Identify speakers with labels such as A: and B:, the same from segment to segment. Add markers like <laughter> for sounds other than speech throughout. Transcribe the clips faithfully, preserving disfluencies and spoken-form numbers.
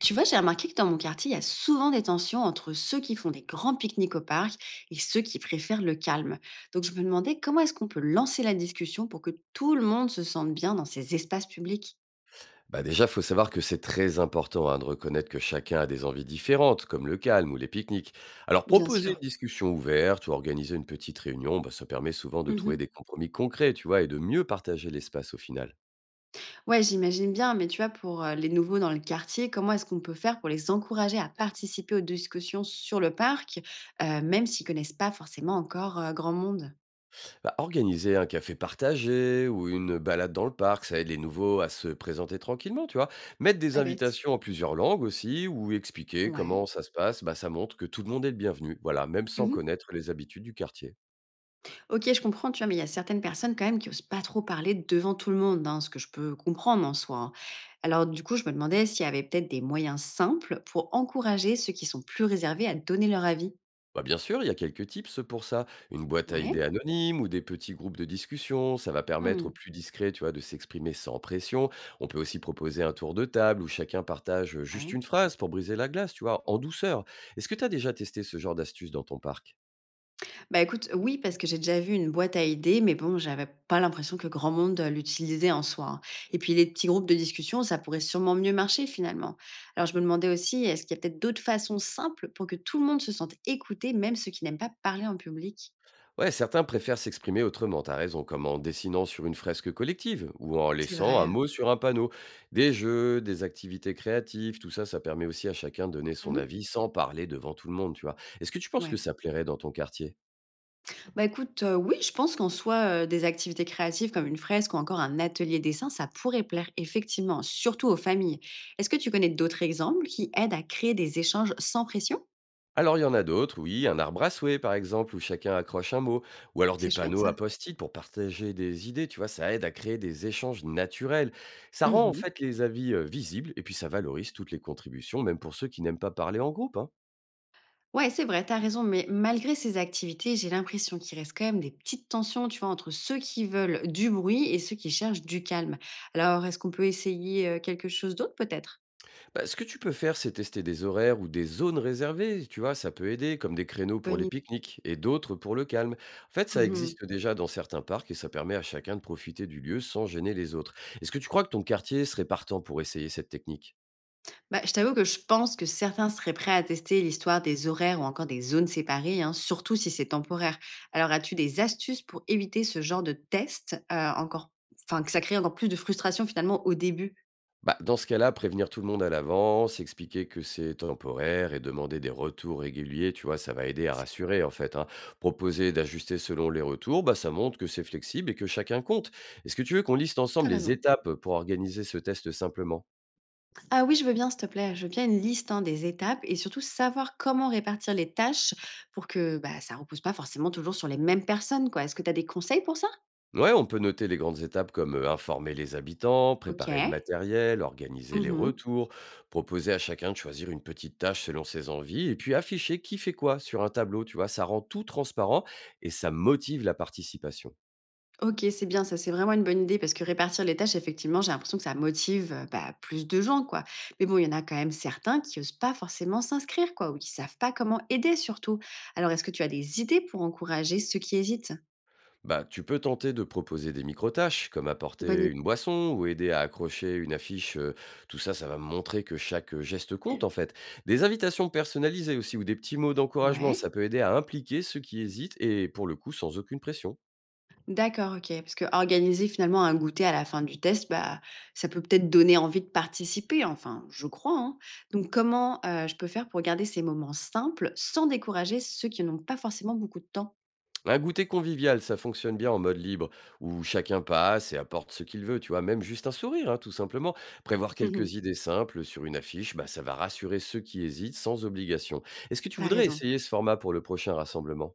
A: Tu vois, j'ai remarqué que dans mon quartier, il y a souvent des tensions entre ceux qui font des grands pique-niques au parc et ceux qui préfèrent le calme. Donc je me demandais comment est-ce qu'on peut lancer la discussion pour que tout le monde se sente bien dans ces espaces publics.
B: Bah déjà, faut savoir que c'est très important hein, de reconnaître que chacun a des envies différentes, comme le calme ou les pique-niques. Alors
A: Bien
B: proposer une
A: sûr.
B: discussion ouverte ou organiser une petite réunion, bah, ça permet souvent de trouver
A: Mhm.
B: des compromis concrets, tu vois, et de mieux partager l'espace au final.
A: Ouais, j'imagine bien, mais tu vois, pour euh, les nouveaux dans le quartier, comment est-ce qu'on peut faire pour les encourager à participer aux discussions sur le parc, euh, même s'ils connaissent pas forcément encore euh, grand monde?
B: Bah, organiser un café partagé ou une balade dans le parc, ça aide les nouveaux à se présenter tranquillement, tu vois. Mettre des
A: Pas bête.
B: invitations en plusieurs langues aussi ou expliquer
A: Ouais.
B: comment ça se passe, bah, ça montre que tout le monde est le bienvenu, voilà, même sans
A: Mhm.
B: connaître les habitudes du quartier.
A: OK, je comprends, tu vois, mais il y a certaines personnes quand même qui osent pas trop parler devant tout le monde, hein, ce que je peux comprendre en soi, hein. Alors du coup, je me demandais s'il y avait peut-être des moyens simples pour encourager ceux qui sont plus réservés à donner leur avis.
B: Bah, bien sûr, il y a quelques tips pour ça. Une boîte à idées
A: Ouais.
B: anonyme ou des petits groupes de discussion, ça va permettre aux
A: Hmm.
B: plus discrets, tu vois, de s'exprimer sans pression. On peut aussi proposer un tour de table où chacun partage juste
A: Ouais.
B: une phrase pour briser la glace, tu vois, en douceur. Est-ce que tu as déjà testé ce genre d'astuce dans ton parc?
A: Bah écoute, oui, parce que j'ai déjà vu une boîte à idées, mais bon, j'avais pas l'impression que grand monde euh, l'utilisait en soi, hein. Et puis les petits groupes de discussion, ça pourrait sûrement mieux marcher finalement. Alors je me demandais aussi, est-ce qu'il y a peut-être d'autres façons simples pour que tout le monde se sente écouté, même ceux qui n'aiment pas parler en public?
B: Ouais, certains préfèrent s'exprimer autrement, t'as raison, comme en dessinant sur une fresque collective ou en
A: C'est
B: laissant un
A: vrai.
B: mot sur un panneau. Des jeux, des activités créatives, tout ça, ça permet aussi à chacun de donner son
A: Mmh.
B: avis sans parler devant tout le monde, tu vois. Est-ce que tu penses que
A: Ouais.
B: ça plairait dans ton quartier?
A: Bah, écoute, heu, oui, je pense qu'en soi, heu, des activités créatives comme une fresque ou encore un atelier dessin, ça pourrait plaire effectivement, surtout aux familles. Est-ce que tu connais d'autres exemples qui aident à créer des échanges sans pression?
B: Alors il y en a d'autres, oui, un arbre à souhait par exemple, où chacun accroche un mot, ou alors
A: C'est
B: des
A: chouette
B: panneaux à
A: ça.
B: post-it pour partager des idées, tu vois, ça aide à créer des échanges naturels. Ça rend en
A: Mmh.
B: fait les avis euh, visibles et puis ça valorise toutes les contributions, même pour ceux qui n'aiment pas parler en groupe, hein.
A: Ouais, c'est vrai, t'as raison, mais malgré ces activités, j'ai l'impression qu'il reste quand même des petites tensions, tu vois, entre ceux qui veulent du bruit et ceux qui cherchent du calme. Alors, est-ce qu'on peut essayer, heu, quelque chose d'autre peut-être?
B: Bah, ce que tu peux faire, c'est tester des horaires ou des zones réservées, tu vois, ça peut aider, comme des créneaux pour
A: Bonne
B: les
A: idée.
B: pique-niques et d'autres pour le calme. En fait, ça existe déjà dans certains parcs et ça permet à chacun de profiter du lieu sans gêner les autres. Est-ce que tu crois que ton quartier serait partant pour essayer cette technique?
A: Bah, je t'avoue que je pense que certains seraient prêts à tester l'histoire des horaires ou encore des zones séparées, hein, surtout si c'est temporaire. Alors, as-tu des astuces pour éviter ce genre de test, euh, encore, enfin, que ça crée encore plus de frustration finalement au début?
B: Bah, dans ce cas-là, prévenir tout le monde à l'avance, expliquer que c'est temporaire et demander des retours réguliers, tu vois, ça va aider à
A: C'est-
B: rassurer en fait, hein. Proposer d'ajuster selon les retours, bah, ça montre que c'est flexible et que chacun compte. Est-ce que tu veux qu'on liste
A: T'as
B: ensemble les
A: raison.
B: étapes pour organiser ce test simplement?
A: Ah oui, je veux bien, s'il te plaît. Je veux bien une liste hein, des étapes et surtout savoir comment répartir les tâches pour que bah, ça repose pas forcément toujours sur les mêmes personnes, quoi. Est-ce que tu as des conseils pour ça?
B: Ouais, on peut noter les grandes étapes comme euh, informer les habitants,
A: Ok.
B: préparer le matériel, organiser les
A: Mhm.
B: retours, proposer à chacun de choisir une petite tâche selon ses envies et puis afficher qui fait quoi sur un tableau, tu vois, ça rend tout transparent et ça motive la participation.
A: OK, c'est bien, ça, c'est vraiment une bonne idée parce que répartir les tâches, effectivement, j'ai l'impression que ça motive, heu, bah, plus de gens, quoi. Mais bon, il y en a quand même certains qui osent pas forcément s'inscrire, quoi, ou qui savent pas comment aider surtout. Alors est-ce que tu as des idées pour encourager ceux qui hésitent?
B: Bah, tu peux tenter de proposer des micro-tâches, comme
A: Bonne idée.
B: apporter une boisson ou aider à accrocher une affiche. euh, Tout ça, ça va montrer que chaque euh, geste compte, en fait. Des invitations personnalisées aussi ou des petits mots d'encouragement,
A: Ouais.
B: ça peut aider à impliquer ceux qui hésitent et pour le coup, sans aucune pression.
A: D'accord, OK, parce que organiser finalement un goûter à la fin du test, bah, ça peut peut-être donner envie de participer, enfin, je crois, hein. Donc comment, heu, je peux faire pour garder ces moments simples sans décourager ceux qui n'ont pas forcément beaucoup de temps?
B: Un goûter convivial, ça fonctionne bien en mode libre, où chacun passe et apporte ce qu'il veut, tu vois, même juste un sourire, hein, tout simplement. Prévoir quelques
A: <laughs>
B: idées simples sur une affiche, bah, ça va rassurer ceux qui hésitent sans obligation. Est-ce que tu
A: T'as
B: voudrais
A: raison.
B: essayer ce format pour le prochain rassemblement?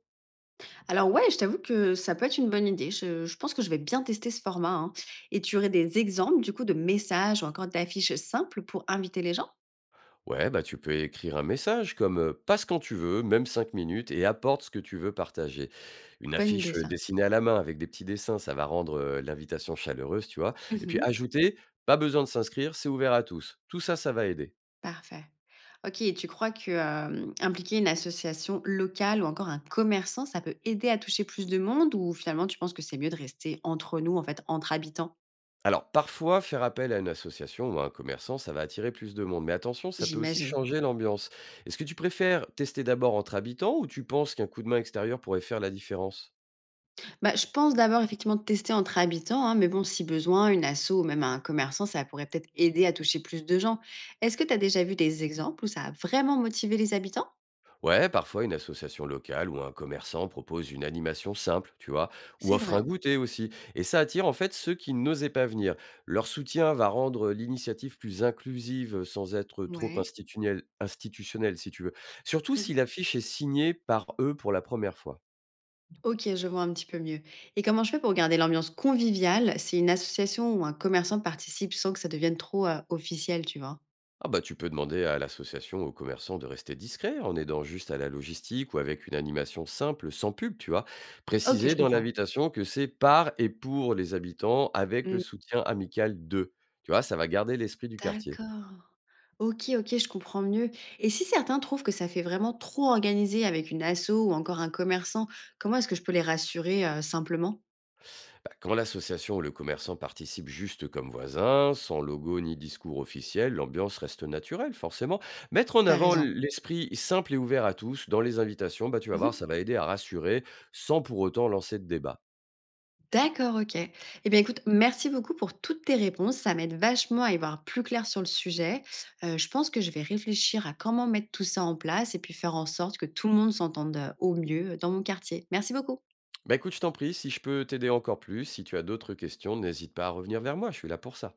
A: Alors ouais, je t'avoue que ça peut être une bonne idée. Je, je pense que je vais bien tester ce format, hein. Et tu aurais des exemples du coup de messages ou encore d'affiches simples pour inviter les gens?
B: Ouais, bah, tu peux écrire un message comme heu: «Passe quand tu veux, même cinq minutes et apporte ce que tu veux partager». Une
A: Bonne idée
B: affiche, heu,
A: ça.
B: dessinée à la main avec des petits dessins, ça va rendre, heu, l'invitation chaleureuse, tu vois? Et puis
A: Mhm.
B: ajouter: «Pas besoin de s'inscrire, c'est ouvert à tous». Tout ça, ça va aider.
A: Parfait. Ok, et tu crois que euh, impliquer une association locale ou encore un commerçant, ça peut aider à toucher plus de monde ou finalement tu penses que c'est mieux de rester entre nous, en fait, entre habitants?
B: Alors parfois, faire appel à une association ou à un commerçant, ça va attirer plus de monde. Mais attention, ça peut aussi
A: J'imagine.
B: changer l'ambiance. Est-ce que tu préfères tester d'abord entre habitants ou tu penses qu'un coup de main extérieur pourrait faire la différence?
A: Bah, je pense d'abord effectivement de tester entre habitants, hein, mais bon, si besoin, une asso ou même un commerçant, ça pourrait peut-être aider à toucher plus de gens. Est-ce que tu as déjà vu des exemples où ça a vraiment motivé les habitants?
B: Ouais, parfois une association locale ou un commerçant propose une animation simple, tu vois, ou
A: C'est
B: offre un
A: vrai.
B: goûter aussi. Et ça attire en fait ceux qui n'osaient pas venir. Leur soutien va rendre l'initiative plus inclusive euh, sans être trop
A: Ouais.
B: institutionnelle, institutionnelle si tu veux. Surtout
A: Mhm.
B: si l'affiche est signée par eux pour la première fois.
A: Ok, je vois un petit peu mieux. Et comment je fais pour garder l'ambiance conviviale si une association ou un commerçant participe sans que ça devienne trop euh, officiel, tu vois?
B: Ah bah tu peux demander à l'association, aux commerçants de rester discrets en aidant juste à la logistique ou avec une animation simple, sans pub, tu vois.
A: Ok, je
B: Préciser dans
A: comprends.
B: l'invitation que c'est par et pour les habitants avec le soutien amical d'eux. Tu vois, ça va garder l'esprit du quartier.
A: D'accord. OK, OK, je comprends mieux et si certains trouvent que ça fait vraiment trop organisé avec une asso ou encore un commerçant, comment est-ce que je peux les rassurer, heu, simplement?
B: Bah, quand l'association ou le commerçant participe juste comme voisin, sans logo ni discours officiel, l'ambiance reste naturelle, forcément. Mettre en
A: T'as
B: avant
A: raison.
B: l'esprit simple et ouvert à tous dans les invitations, bah, tu vas voir,
A: Mmh.
B: ça va aider à rassurer sans pour autant lancer de débat.
A: D'accord, OK et bien, écoute, merci beaucoup pour toutes tes réponses. Ça m'aide vachement à y voir plus clair sur le sujet. Heu, je pense que je vais réfléchir à comment mettre tout ça en place et puis faire en sorte que tout le monde s'entende, heu, au mieux dans mon quartier. Merci beaucoup.
B: Bah écoute, je t'en prie, si je peux t'aider encore plus, si tu as d'autres questions, n'hésite pas à revenir vers moi, je suis là pour ça.